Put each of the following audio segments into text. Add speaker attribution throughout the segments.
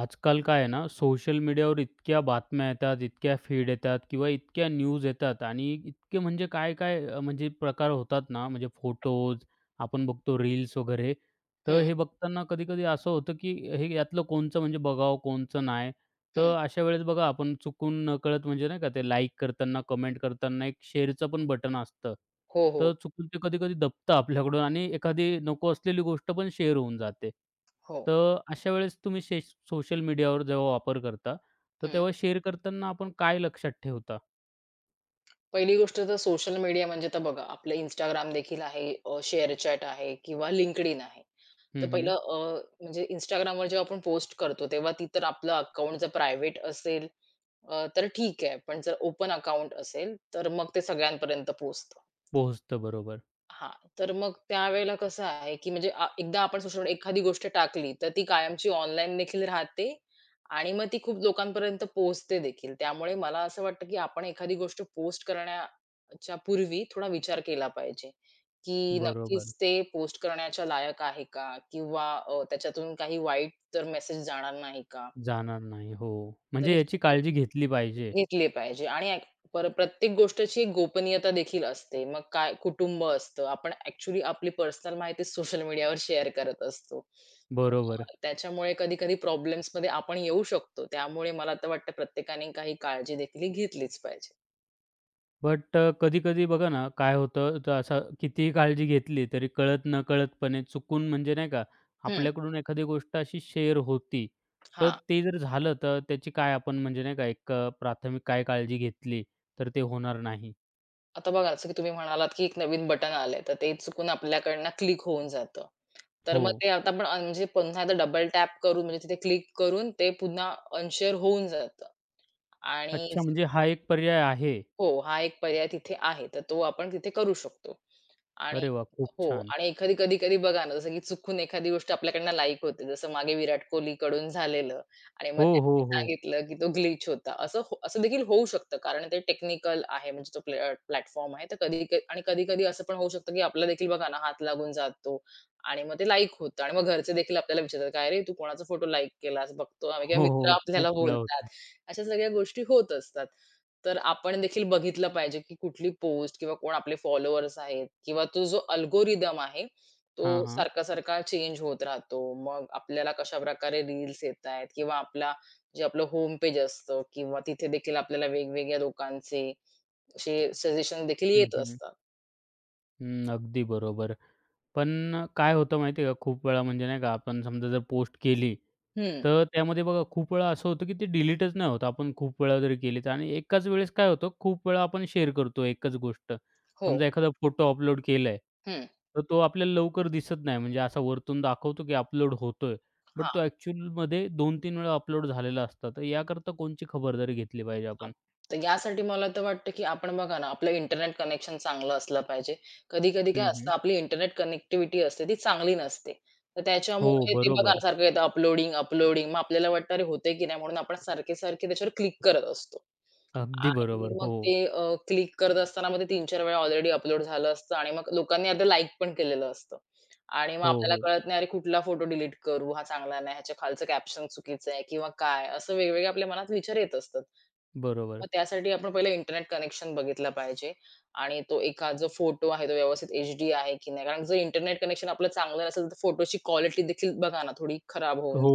Speaker 1: आजकाल काय आहे ना, सोशल मीडियावर इतक्या बातम्या येतात, इतक्या फीड येतात किंवा इतक्या न्यूज येतात आणि इतके म्हणजे काय-काय म्हणजे प्रकार होतात ना, म्हणजे फोटोज, आपण बघतो रील्स वगैरे. तर
Speaker 2: हं,
Speaker 1: हे बघताना कधी-कधी असं होतं, की हे यातलं कोणचं म्हणजे बघावं, कोणचं नाही.
Speaker 2: हं.
Speaker 1: तर अशा वेळेस बघा आपण चुकून नकळत म्हणजे नाही का ते लाइक करताना, कमेंट करताना एक शेअरचं पण बटन असतं.
Speaker 2: हो, हो,
Speaker 1: तर चुकून ते कधी-कधी दबतं आपल्याकडून आणि एखादी नको असलेली गोष्ट पण शेअर होऊन जाते.
Speaker 2: हो.
Speaker 1: तर अशा वेळेस तुम्ही सोशल मीडियावर जेव्हा वापर करता, तर
Speaker 2: हं.
Speaker 1: तेव्हा शेअर करताना आपण काय लक्षात ठेवता?
Speaker 2: पहिली गोष्ट तर सोशल मीडिया म्हणजे आता बघा आपलं Instagram देखील आहे, ShareChat आहे किंवा LinkedIn आहे.
Speaker 1: हं,
Speaker 2: तर
Speaker 1: हं.
Speaker 2: पहिलं म्हणजे Instagramवर जेव्हा आपण पोस्ट करतो, तेव्हा ती तर आपलं अकाउंट जर प्रायव्हेट असेल तर ठीक आहे. पण जर ओपन अकाउंट असेल, तर मग ते सगळ्यांपर्यंत पोहोचतं.
Speaker 1: पोहोचतं बरोबर.
Speaker 2: हां, तर मग त्यावेळेला कसं आहे, की म्हणजे एकदा आपण सोशल मीडिया एखादी गोष्ट टाकली, तर ती कायमची ऑनलाईन देखील राहते आणि मग ती खूप लोकांपर्यंत पोहोचते देखील. त्यामुळे मला असं वाटतं, की आपण एखादी गोष्ट पोस्ट करण्याच्या पूर्वी थोडा विचार केला पाहिजे, की नक्कीच
Speaker 1: बरोबर.
Speaker 2: ते पोस्ट करण्याच्या लायक आहे का? किंवा त्याच्यातून काही वाईट तर मेसेज जाणार नाही का?
Speaker 1: जाणार नाही. हो.
Speaker 2: तर
Speaker 1: म्हणजे
Speaker 2: ही
Speaker 1: याची काळजी घेतली पाहिजे.
Speaker 2: घेतली पाहिजे आणि प्रत्येक गोष्टची एक गोपनीयता देखील असते. मग काय कुटुंब असतं. आपण ॲक्चुअली आपली पर्सनल माहिती सोशल मीडियावर शेअर करत असतो.
Speaker 1: बरोबर.
Speaker 2: त्याच्यामुळे कधी-कधी प्रॉब्लेम्समध्ये आपण येऊ शकतो. त्यामुळे मला तर वाटतं प्रत्येकाने काही काळजी देखील ही घेतलीच पाहिजे.
Speaker 1: बट कधी-कधी बघा ना, काय होतं, तर असा कितीही काळजी घेतली तरी कळत नकळतपणे चुकून म्हणजे नाही का,
Speaker 2: हं,
Speaker 1: आपल्याकडून एखादी गोष्ट अशी शेअर होती. तर
Speaker 2: हां.
Speaker 1: ते जर झालं, तर त्याची काय आपण म्हणजे नाही का, एक प्राथमिक काय काळजी घेतली, तर ते होणार नाही.
Speaker 2: आता बघा जसं की तुम्ही म्हणालात, की एक नवीन बटन आलंय, तर ते चुकून आपल्याकडनं क्लिक होऊन जातं. तर
Speaker 1: हो.
Speaker 2: मग ते आता आपण म्हणजे पुन्हा एकदा डबल टॅप करून म्हणजे तिथे क्लिक करून ते पुन्हा अनशेअर होऊन जातं आणि
Speaker 1: अच्छा, म्हणजे हा एक पर्याय आहे.
Speaker 2: हो, हा एक पर्याय तिथे आहे. तर तो आपण तिथे करू शकतो. आणि
Speaker 1: अरे वाह! खूप
Speaker 2: हो
Speaker 1: छान.
Speaker 2: आणि एखादी कधी-कधी बघा ना, जसं की चुकून एखादी गोष्ट आपल्याकडनं लाईक होते. जसं मागे विराट कोहलीकडून झालेलं आणि मग
Speaker 1: हो,
Speaker 2: त्यांनी
Speaker 1: हो, हो.
Speaker 2: सांगितलं, की तो ग्लिच होता. असं हो असं देखील होऊ शकतं. कारण ते टेक्निकल आहे म्हणजे तो प्लॅटफॉर्म आहे. तर कधी क आणि कधी-कधी असं पण होऊ शकतं, की आपला देखील बघा ना, हात लागून जातो आणि मग ते लाईक होतं आणि मग घरचे देखील आपल्याला विचारतात, "काय रे, तू कोणाचा फोटो लाईक केलास?" बघतो आम्ही किंवा
Speaker 1: हो,
Speaker 2: मित्र
Speaker 1: हो.
Speaker 2: आपल्याला
Speaker 1: खूप वेळा
Speaker 2: बोलतात.
Speaker 1: होतं.
Speaker 2: अशा सगळ्या गोष्टी होत असतात. तर आपण देखील बघितलं पाहिजे, की कुठली पोस्ट किंवा कोण आपले फॉलोअर्स आहेत किंवा तो जो अल्गोरिदम आहे,
Speaker 1: हां,
Speaker 2: तो
Speaker 1: हां.
Speaker 2: सारखा-सारखा चेंज होत राहतो. मग आपल्याला कशाप्रकारे रील्स येतायत किंवा आपला जे आपलं होम पेज असतं किंवा तिथे देखील आपल्याला वेगवेगळ्या लोकांचे असे सजेशन देखील
Speaker 1: हं,
Speaker 2: येत
Speaker 1: हं.
Speaker 2: असतात.
Speaker 1: हं, अगदी बरोबर. पण काय होतं माहिती आहे का, खूप वेळा म्हणजे नाही का, आपण समजा जर पोस्ट केली,
Speaker 2: हं.
Speaker 1: तर त्यामध्ये बघा खूप वेळा असं होतं, की ते डिलीटच नाही होत. आपण खूप वेळा जरी केली तर आणि एकाच वेळेस काय होतं, खूप वेळा आपण शेअर करतो एकच गोष्ट.
Speaker 2: हो.
Speaker 1: समजा एखादा फोटो अपलोड केलाय,
Speaker 2: हं.
Speaker 1: तर तो आपल्याला लवकर दिसत नाही. म्हणजे असा वरतून दाखवतो, की अपलोड होतोय, बट तो ॲक्चुअलमध्ये 2-3 वेळा अपलोड झालेला असतो. तर याकरता कोणची खबरदारी घेतली पाहिजे
Speaker 2: हां.
Speaker 1: आपण?
Speaker 2: तर यासाठी मला तर वाटतं, की आपण बघा ना, आपलं इंटरनेट कनेक्शन चांगलं असलं पाहिजे. कधी-कधी काय
Speaker 1: हं, हं.
Speaker 2: असतं, आपली इंटरनेट कनेक्टिव्हिटी असते ती चांगली नसते. तर
Speaker 1: हो,
Speaker 2: त्याच्यामुळे ते बघा ना,
Speaker 1: बरोबर.
Speaker 2: सारखं येतं अपलोडिंग, अपलोडिंग. मग आपल्याला वाटतं, "अरे होतंय की नाही?" म्हणून आपण सारखे-सारखे त्याच्यावर क्लिक करत असतो.
Speaker 1: अगदी
Speaker 2: आणि
Speaker 1: बरोबर.
Speaker 2: मग
Speaker 1: हो.
Speaker 2: ते क्लिक करत असताना मग ते 3-4 वेळा ऑलरेडी अपलोड झालं असतं आणि मग लोकांनी आता लाइक पण केलेलं असतं. आणि मग
Speaker 1: हो,
Speaker 2: आपल्याला
Speaker 1: हो.
Speaker 2: कळत नाही, अरे कुठला फोटो डिलीट करू? हा चांगला नाही, ह्याच्या खालचं कॅप्शन चुकीचं आहे किंवा काय? असं वेगवेगळे आपल्या मनात विचार येत असतात.
Speaker 1: बरोबर.
Speaker 2: मग त्यासाठी आपण पहिलं इंटरनेट कनेक्शन बघितला पाहिजे आणि तो एका जो फोटो आहे, तो व्यवस्थित एचडी आहे की नाही? कारण जर इंटरनेट कनेक्शन आपलं चांगलं नसेल, तर फोटोची क्वालिटी देखील बघा ना, थोडी खराब होऊन
Speaker 1: हो,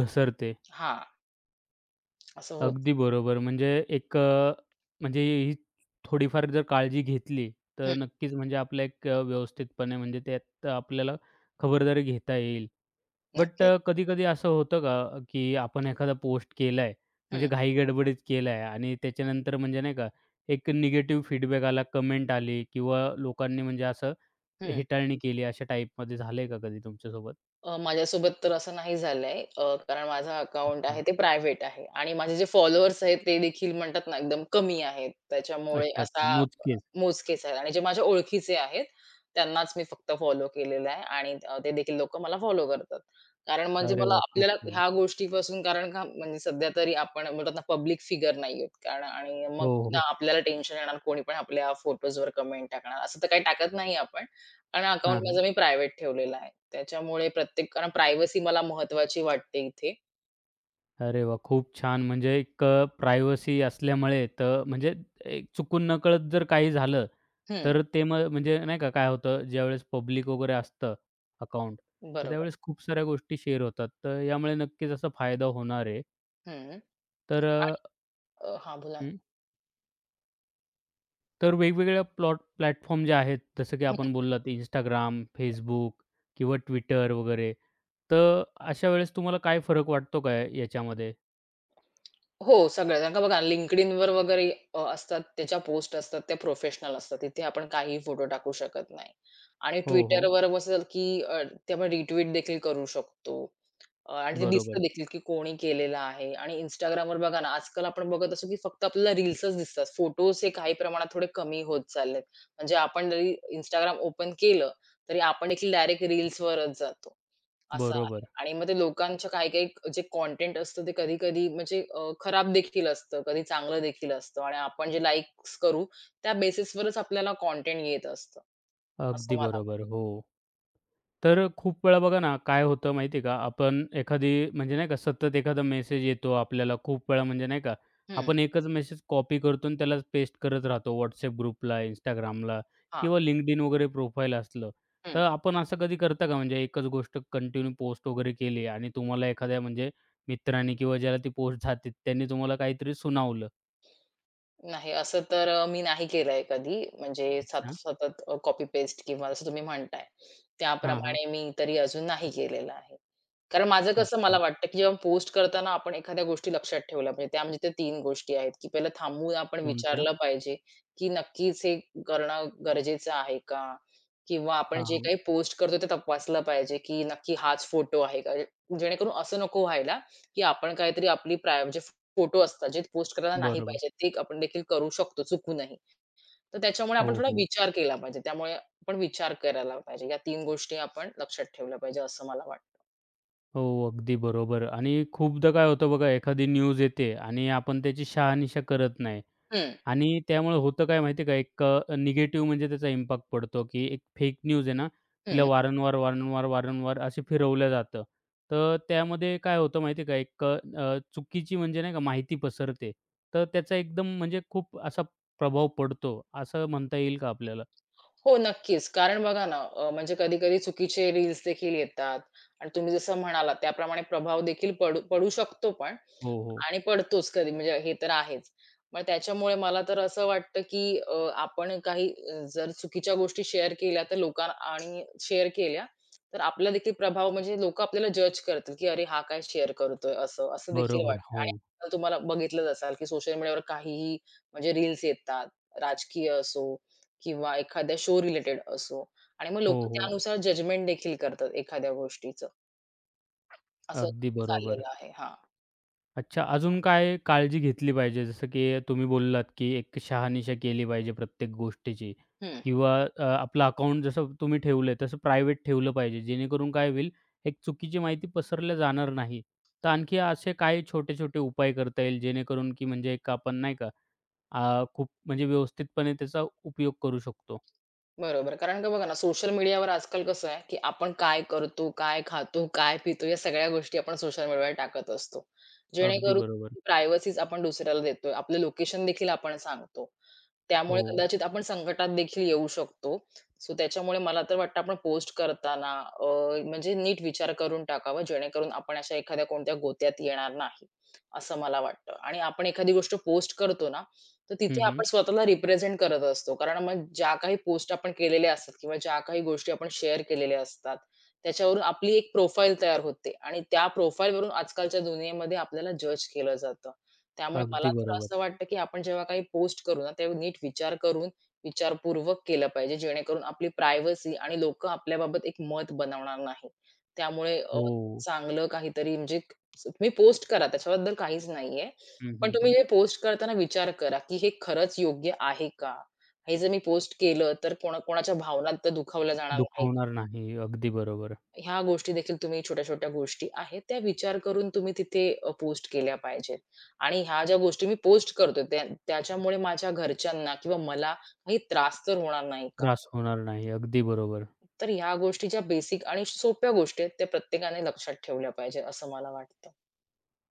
Speaker 1: घसरते.
Speaker 2: हां, असं होतं.
Speaker 1: अगदी बरोबर. म्हणजे एक, म्हणजे ही थोडीफार जर काळजी घेतली, तर
Speaker 2: हं,
Speaker 1: नक्कीच म्हणजे आपलं एक, व्यवस्थितपणे म्हणजे त्यात आपल्याला खबरदारी घेता येईल. बट
Speaker 2: नक्कीच.
Speaker 1: कधी-कधी असं होतं का, की आपण एखादा पोस्ट केलाय, म्हणजे
Speaker 2: हं,
Speaker 1: घाई-गडबडीत केलाय आणि त्याच्यानंतर म्हणजे नाही का, एक निगेटिव्ह फीडबॅक आला, कमेंट आली किंवा लोकांनी म्हणजे असं
Speaker 2: हं.
Speaker 1: हेटाळणी केली, अशा टाईपमध्ये झालंय का कधी तुमच्यासोबत?
Speaker 2: माझ्यासोबत तर असं नाही झालंय. कारण माझं अकाउंट
Speaker 1: अच्छा.
Speaker 2: आहे ते प्रायव्हेट आहे आणि माझे जे फॉलोअर्स आहेत ते देखील म्हणतात ना एकदम कमी आहेत. त्याच्यामुळे
Speaker 1: अच्छा, अच्छा.
Speaker 2: असा
Speaker 1: मोजकेच.
Speaker 2: मोजकेच आहेत आणि जे माझ्या ओळखीचे आहेत त्यांनाच मी फक्त फॉलो केलेलं आहे आणि ते देखील लोकं मला फॉलो करतात. कारण म्हणजे
Speaker 1: अरे
Speaker 2: मला
Speaker 1: वाह! खूप
Speaker 2: आपल्याला
Speaker 1: छान.
Speaker 2: ह्या गोष्टीपासून कारण का म्हणजे सध्या तरी आपण म्हणतात ना पब्लिक फिगर नाही आहोत कारण आणि मग
Speaker 1: हो,
Speaker 2: ना
Speaker 1: हो.
Speaker 2: आपल्याला टेन्शन येणार कोणी पण आपल्या फोटोजवर कमेंट टाकणार. असं तर काही टाकत नाही आपण. कारण अकाउंट
Speaker 1: हां, हां.
Speaker 2: माझं मी प्रायव्हेट ठेवलेलं आहे. त्याच्यामुळे प्रत्येक कारण प्रायव्हसी मला महत्वाची वाटते इथे.
Speaker 1: अरे वाह! खूप छान. म्हणजे एक, प्रायव्हसी असल्यामुळे तर म्हणजे एक चुकून नकळत जर काही झालं,
Speaker 2: हं,
Speaker 1: तर ते मग म्हणजे नाही का काय होतं, ज्यावेळेस पब्लिक वगैरे असतं अकाउंट, तर
Speaker 2: बरोबर.
Speaker 1: त्यावेळेस खूप साऱ्या गोष्टी शेअर होतात. तर यामुळे नक्कीच असा फायदा होणार आहे.
Speaker 2: हं.
Speaker 1: तर
Speaker 2: आणि हां, बोला.
Speaker 1: हं, तर वेगवेगळ्या प्लॅटफॉर्म जे आहेत, जसं की
Speaker 2: हं.
Speaker 1: आपण बोललात Instagram, Facebook किंवा Twitter वगैरे, तर अशा वेळेस तुम्हाला काय फरक वाटतो काय याच्यामध्ये?
Speaker 2: हो, सगळं. कारण का बघा LinkedInवर वगैरे असतात त्याच्या पोस्ट असतात त्या प्रोफेशनल असतात. तिथे आपण काहीही फोटो टाकू शकत नाही. आणि
Speaker 1: हो, हो.
Speaker 2: Twitterवर कसं की ते आपण रिट्वीट देखील करू शकतो आणि ते
Speaker 1: बरोबर,
Speaker 2: दिसतं देखील, की कोणी केलेलं आहे आणि Instagramवर बघा ना, आजकाल आपण बघत असू, की फक्त आपल्याला रील्सच दिसतात. फोटोज हे काही प्रमाणात थोडे कमी होत चाललेत. म्हणजे आपण जरी Instagram ओपन केलं, तरी आपण देखील डायरेक्ट रील्सवरच जातो. असं आहे
Speaker 1: बरोबर.
Speaker 2: आणि मग ते लोकांच्या काही-काही जे कंटेंट असतं, ते कधी-कधी म्हणजे खराब देखील असतं, कधी चांगलं देखील असतं आणि आपण जे लाइक्स करू, त्या बेसिसवरच आपल्याला कंटेंट येत असतं,
Speaker 1: अगदी
Speaker 2: असं मला वाटतं.
Speaker 1: बरोबर. हो. तर खूप वेळा बघा ना, काय होतं माहिती आहे का, आपण एखादी म्हणजे नाही का सतत एखादा मेसेज येतो आपल्याला खूप वेळा म्हणजे नाही का,
Speaker 2: हं.
Speaker 1: आपण एकच मेसेज कॉपी करतो आणि त्यालाच पेस्ट करत राहतो WhatsApp ग्रुपला, Instagramला
Speaker 2: हां.
Speaker 1: किंवा LinkedIn वगैरे प्रोफाईल असलं. तर
Speaker 2: हं.
Speaker 1: आपण असं कधी करता का म्हणजे एकच गोष्ट कंटिन्यू पोस्ट वगैरे केली आणि तुम्हाला एखाद्या म्हणजे मित्राने किंवा ज्याला ती पोस्ट जाते त्यांनी तुम्हाला काहीतरी सुनावलं?
Speaker 2: नाही, असं तर मी नाही केलंय कधी. म्हणजे
Speaker 1: अच्छा.
Speaker 2: सतत कॉपी पेस्ट किंवा जसं तुम्ही म्हणताय,
Speaker 1: हां, हां.
Speaker 2: त्याप्रमाणे मी तरी अजून नाही केलेलं आहे. कारण माझं कसं मला
Speaker 1: अच्छा.
Speaker 2: वाटतं, की जेव्हा पोस्ट करताना आपण एखाद्या गोष्टी लक्षात ठेवल्या पाहिजे. त्या म्हणजे त्या 3 गोष्टी आहेत, की पहिलं थांबून आपण
Speaker 1: कोणत्या?
Speaker 2: विचारलं पाहिजे, की नक्कीच हे करणं गरजेचं आहे का? किंवा आपण
Speaker 1: हां,
Speaker 2: जे
Speaker 1: हां.
Speaker 2: काही पोस्ट करतो ते तपासलं पाहिजे, की नक्की हाच फोटो आहे का? जेणेकरून असं नको व्हायला, की आपण काहीतरी आपली म्हणजे फोटो असतात, जे पोस्ट करायला नाही
Speaker 1: बरोबर.
Speaker 2: पाहिजे, ते आपण देखील करू शकतो चुकूनही. तर त्याच्यामुळे आपण
Speaker 1: हो,
Speaker 2: थोडा
Speaker 1: हो.
Speaker 2: विचार केला पाहिजे. त्यामुळे आपण विचार करायला पाहिजे. या 3 गोष्टी आपण लक्षात ठेवल्या पाहिजे असं मला वाटतं.
Speaker 1: हो, अगदी बरोबर आणि खूपदा काय होतं बघा, एखादी न्यूज येते आणि आपण त्याची शहानिशा करत नाही
Speaker 2: हं,
Speaker 1: आणि त्यामुळे होतं काय माहिती आहे का, एक निगेटिव्ह म्हणजे त्याचा इम्पॅक्ट पडतो, की एक फेक न्यूज आहे ना, तिला
Speaker 2: हं.
Speaker 1: वारंवार, वारंवार, वारंवार असे फिरवलं जातं. तर त्यामध्ये काय होतं माहिती आहे का, एक चुकीची म्हणजे नाही का माहिती पसरते. तर त्याचा एकदम म्हणजे खूप असा प्रभाव पडतो, असं म्हणता येईल का आपल्याला?
Speaker 2: हो, नक्कीच. कारण बघा ना, म्हणजे कधी-कधी चुकीचे रील्स देखील येतात आणि तुम्ही जसं म्हणालात त्याप्रमाणे प्रभाव देखील पडू पडू शकतो पण.
Speaker 1: हो, हो.
Speaker 2: आणि पडतोच कधी म्हणजे हे तर आहेच. मग त्याच्यामुळे मला तर असं वाटतं, की आपण काही जर चुकीच्या गोष्टी शेअर केल्या तर लोकां आणि शेअर केल्या, तर आपला देखील प्रभाव म्हणजे लोकं आपल्याला जज करतील, की "अरे, हा काय शेअर करतोय?" असं, असं देखील
Speaker 1: बरोबर.
Speaker 2: वाटतं.
Speaker 1: हो.
Speaker 2: आणि आजकाल तुम्हाला बघितलंच असाल, की सोशल मीडियावर काहीही म्हणजे रील्स येतात, राजकीय असो किंवा एखाद्या शो रिलेटेड असो आणि मग
Speaker 1: हो,
Speaker 2: लोकं
Speaker 1: हो.
Speaker 2: त्यानुसार जजमेंट देखील करतात एखाद्या गोष्टीचं. असं
Speaker 1: अगदी बरोबर.
Speaker 2: चाललेलं आहे.
Speaker 1: अच्छा, अजून काय काळजी घेतली पाहिजे? जसं की तुम्ही बोललात, की एक शहानिशा केली पाहिजे प्रत्येक गोष्टीची
Speaker 2: हं.
Speaker 1: किंवा आपलं अकाउंट जसं तुम्ही ठेवलंय तसं प्रायव्हेट ठेवलं पाहिजे. जेणेकरून काय होईल, एक चुकीची माहिती पसरल्या जाणार नाही. तर आणखी असे काही छोटे-छोटे उपाय करता येईल जेणेकरून की म्हणजे एक आपण नाही का खूप म्हणजे व्यवस्थितपणे त्याचा उपयोग करू शकतो.
Speaker 2: बरोबर. कारण का बघा ना, सोशल मीडियावर आजकाल कसं आहे, की आपण काय करतो, काय खातो, काय पितो या सगळ्या गोष्टी आपण सोशल मीडियावर टाकत असतो.
Speaker 1: अगदी
Speaker 2: जेणेकरून
Speaker 1: बरोबर.
Speaker 2: प्रायव्हसीच आपण दुसऱ्याला देतोय. आपलं लोकेशन देखील आपण सांगतो.
Speaker 1: हो.
Speaker 2: त्यामुळे कदाचित आपण संकटात देखील येऊ शकतो. सो त्याच्यामुळे मला तर वाटतं आपण पोस्ट करताना अ, म्हणजे नीट विचार करून टाकावा, जेणेकरून आपण अशा एखाद्या कोणत्या गोत्यात येणार नाही, असं मला वाटतं. आणि आपण एखादी गोष्ट पोस्ट करतो ना, तर
Speaker 1: हं,
Speaker 2: तिथे
Speaker 1: हं.
Speaker 2: आपण स्वतःला रिप्रेझेंट करत असतो. कारण मग ज्या काही पोस्ट आपण केलेल्या असतात किंवा ज्या काही गोष्टी आपण शेअर केलेल्या असतात, त्याच्यावरून आपली एक प्रोफाईल तयार होते आणि त्या प्रोफाईलवरून आजकालच्या दुनियेमध्ये आपल्याला जज केलं जातं. त्यामुळे मला
Speaker 1: अगदी
Speaker 2: तर
Speaker 1: बरोबर.
Speaker 2: असं वाटतं, की आपण जेव्हा काही पोस्ट करू ना, तेव्हा नीट विचार करून, विचारपूर्वक केलं पाहिजे, जेणेकरून आपली प्रायव्हसी आणि लोकं आपल्याबाबत एक मत बनवणार नाही. त्यामुळे
Speaker 1: हो.
Speaker 2: चांगलं काहीतरी म्हणजे तुम्ही पोस्ट करा, त्याच्याबद्दल काहीच नाहीये.
Speaker 1: हं,
Speaker 2: पण
Speaker 1: हं,
Speaker 2: तुम्ही
Speaker 1: हं.
Speaker 2: हे पोस्ट करताना विचार करा, की हे खरंच योग्य आहे का? हे जर मी पोस्ट केलं, तर कोणा कोणाच्या भावना तर दुखावल्या जाणार नाहीत.
Speaker 1: दुखवणार नाही. अगदी बरोबर.
Speaker 2: ह्या गोष्टी देखील तुम्ही छोट्या-छोट्या गोष्टी आहेत, त्या विचार करून तुम्ही तिथे पोस्ट केल्या पाहिजेत. आणि ह्या ज्या गोष्टी मी पोस्ट करतोय त्या त्याच्यामुळे माझ्या घरच्यांना किंवा मला काही त्रास तर होणार नाही का?
Speaker 1: त्रास होणार नाही. अगदी बरोबर.
Speaker 2: तर ह्या गोष्टी ज्या बेसिक आणि सोप्या गोष्टी आहेत, त्या प्रत्येकाने लक्षात ठेवल्या पाहिजेत असं मला वाटतं.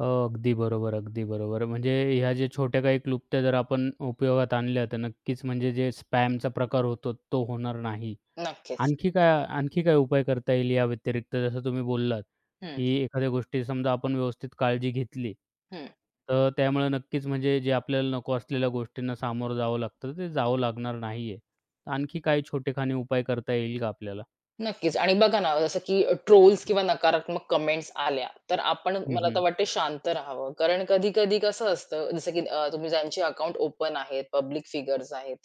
Speaker 1: अगदी बरोबर, अगदी बरोबर. म्हणजे ह्या ज्या छोट्या काही क्लुप्त्या जर आपण उपयोगात आणल्या तर नक्कीच म्हणजे जे स्पॅमचा प्रकार होतो तो होणार नाही.
Speaker 2: नक्कीच.
Speaker 1: आणखी काय उपाय करता येईल या व्यतिरिक्त जसं तुम्ही बोललात,
Speaker 2: हं,
Speaker 1: की एखाद्या गोष्टी समजा आपण व्यवस्थित काळजी घेतली,
Speaker 2: हं.
Speaker 1: तर त्यामुळे नक्कीच म्हणजे जे आपल्याला नको असलेल्या गोष्टींना सामोरं जावं लागतं, ते जावं लागणार नाहीये. तर आणखी काही छोटेखानी उपाय करता येईल का आपल्याला?
Speaker 2: नक्कीच आणि बघा ना, जसं की ट्रोल्स किंवा नकारात्मक कमेंट्स आल्या, तर आपण
Speaker 1: हं,
Speaker 2: मला तर
Speaker 1: हं.
Speaker 2: वाटते शांत राहावं. कारण कधी-कधी कसं असतं, जसं की तुम्ही ज्यांचे अकाउंट ओपन आहेत, पब्लिक फिगर्स आहेत,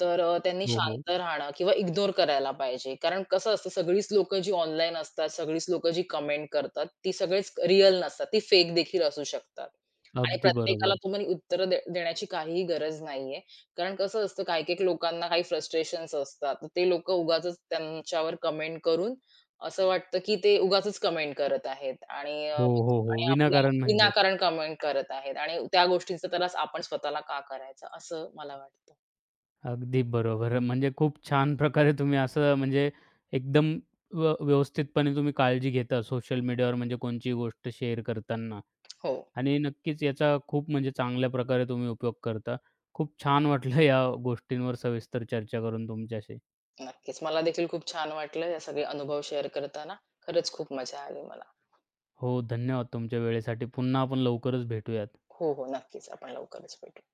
Speaker 2: तर त्यांनी
Speaker 1: हो, हो.
Speaker 2: शांत राहणं किंवा इग्नोर करायला पाहिजे. कारण कसं असतं, सगळीच लोकं जी ऑनलाईन असतात, सगळीच लोकं जी कमेंट करतात, ती सगळेच रिअल नसतात. ती फेक देखील असू शकतात. आणि
Speaker 1: अगदी
Speaker 2: प्रत्येकाला
Speaker 1: बरोबर.
Speaker 2: तुम्ही उत्तरं देण्याची काहीही गरज नाहीये. कारण कसं असतं, काही-काही लोकांना काही फ्रस्ट्रेशन्स असतात. तर ते लोकं उगाचच त्यांच्यावर कमेंट करून असं वाटतं, की ते उगाचच कमेंट करत आहेत आणि
Speaker 1: हो, हो, हो.
Speaker 2: आणि आपल्याला
Speaker 1: विनाकारण म्हणजे
Speaker 2: विनाकारण कमेंट करत आहेत आणि त्या गोष्टींचा त्रास आपण स्वतःला का करायचा, असं मला वाटतं.
Speaker 1: अगदी बरोबर. म्हणजे खूप छान प्रकारे तुम्ही असं म्हणजे एकदम व्यवस्थितपणे तुम्ही काळजी घेता सोशल मीडियावर म्हणजे कोणची गोष्ट शेअर करताना
Speaker 2: हो,
Speaker 1: आणि नक्कीच याचा खूप म्हणजे चांगल्या प्रकारे तुम्ही उपयोग करता. खूप छान वाटलं या गोष्टींवर सविस्तर चर्चा करून तुमच्याशी.
Speaker 2: नक्कीच. मला देखील खूप छान वाटलं, हे सगळे अनुभव शेअर करताना. खरंच खूप मजा आली मला.
Speaker 1: हो, धन्यवाद तुमच्या वेळेसाठी. पुन्हा आपण लवकरच भेटूयात.
Speaker 2: हो, हो, नक्कीच. आपण लवकरच भेटू.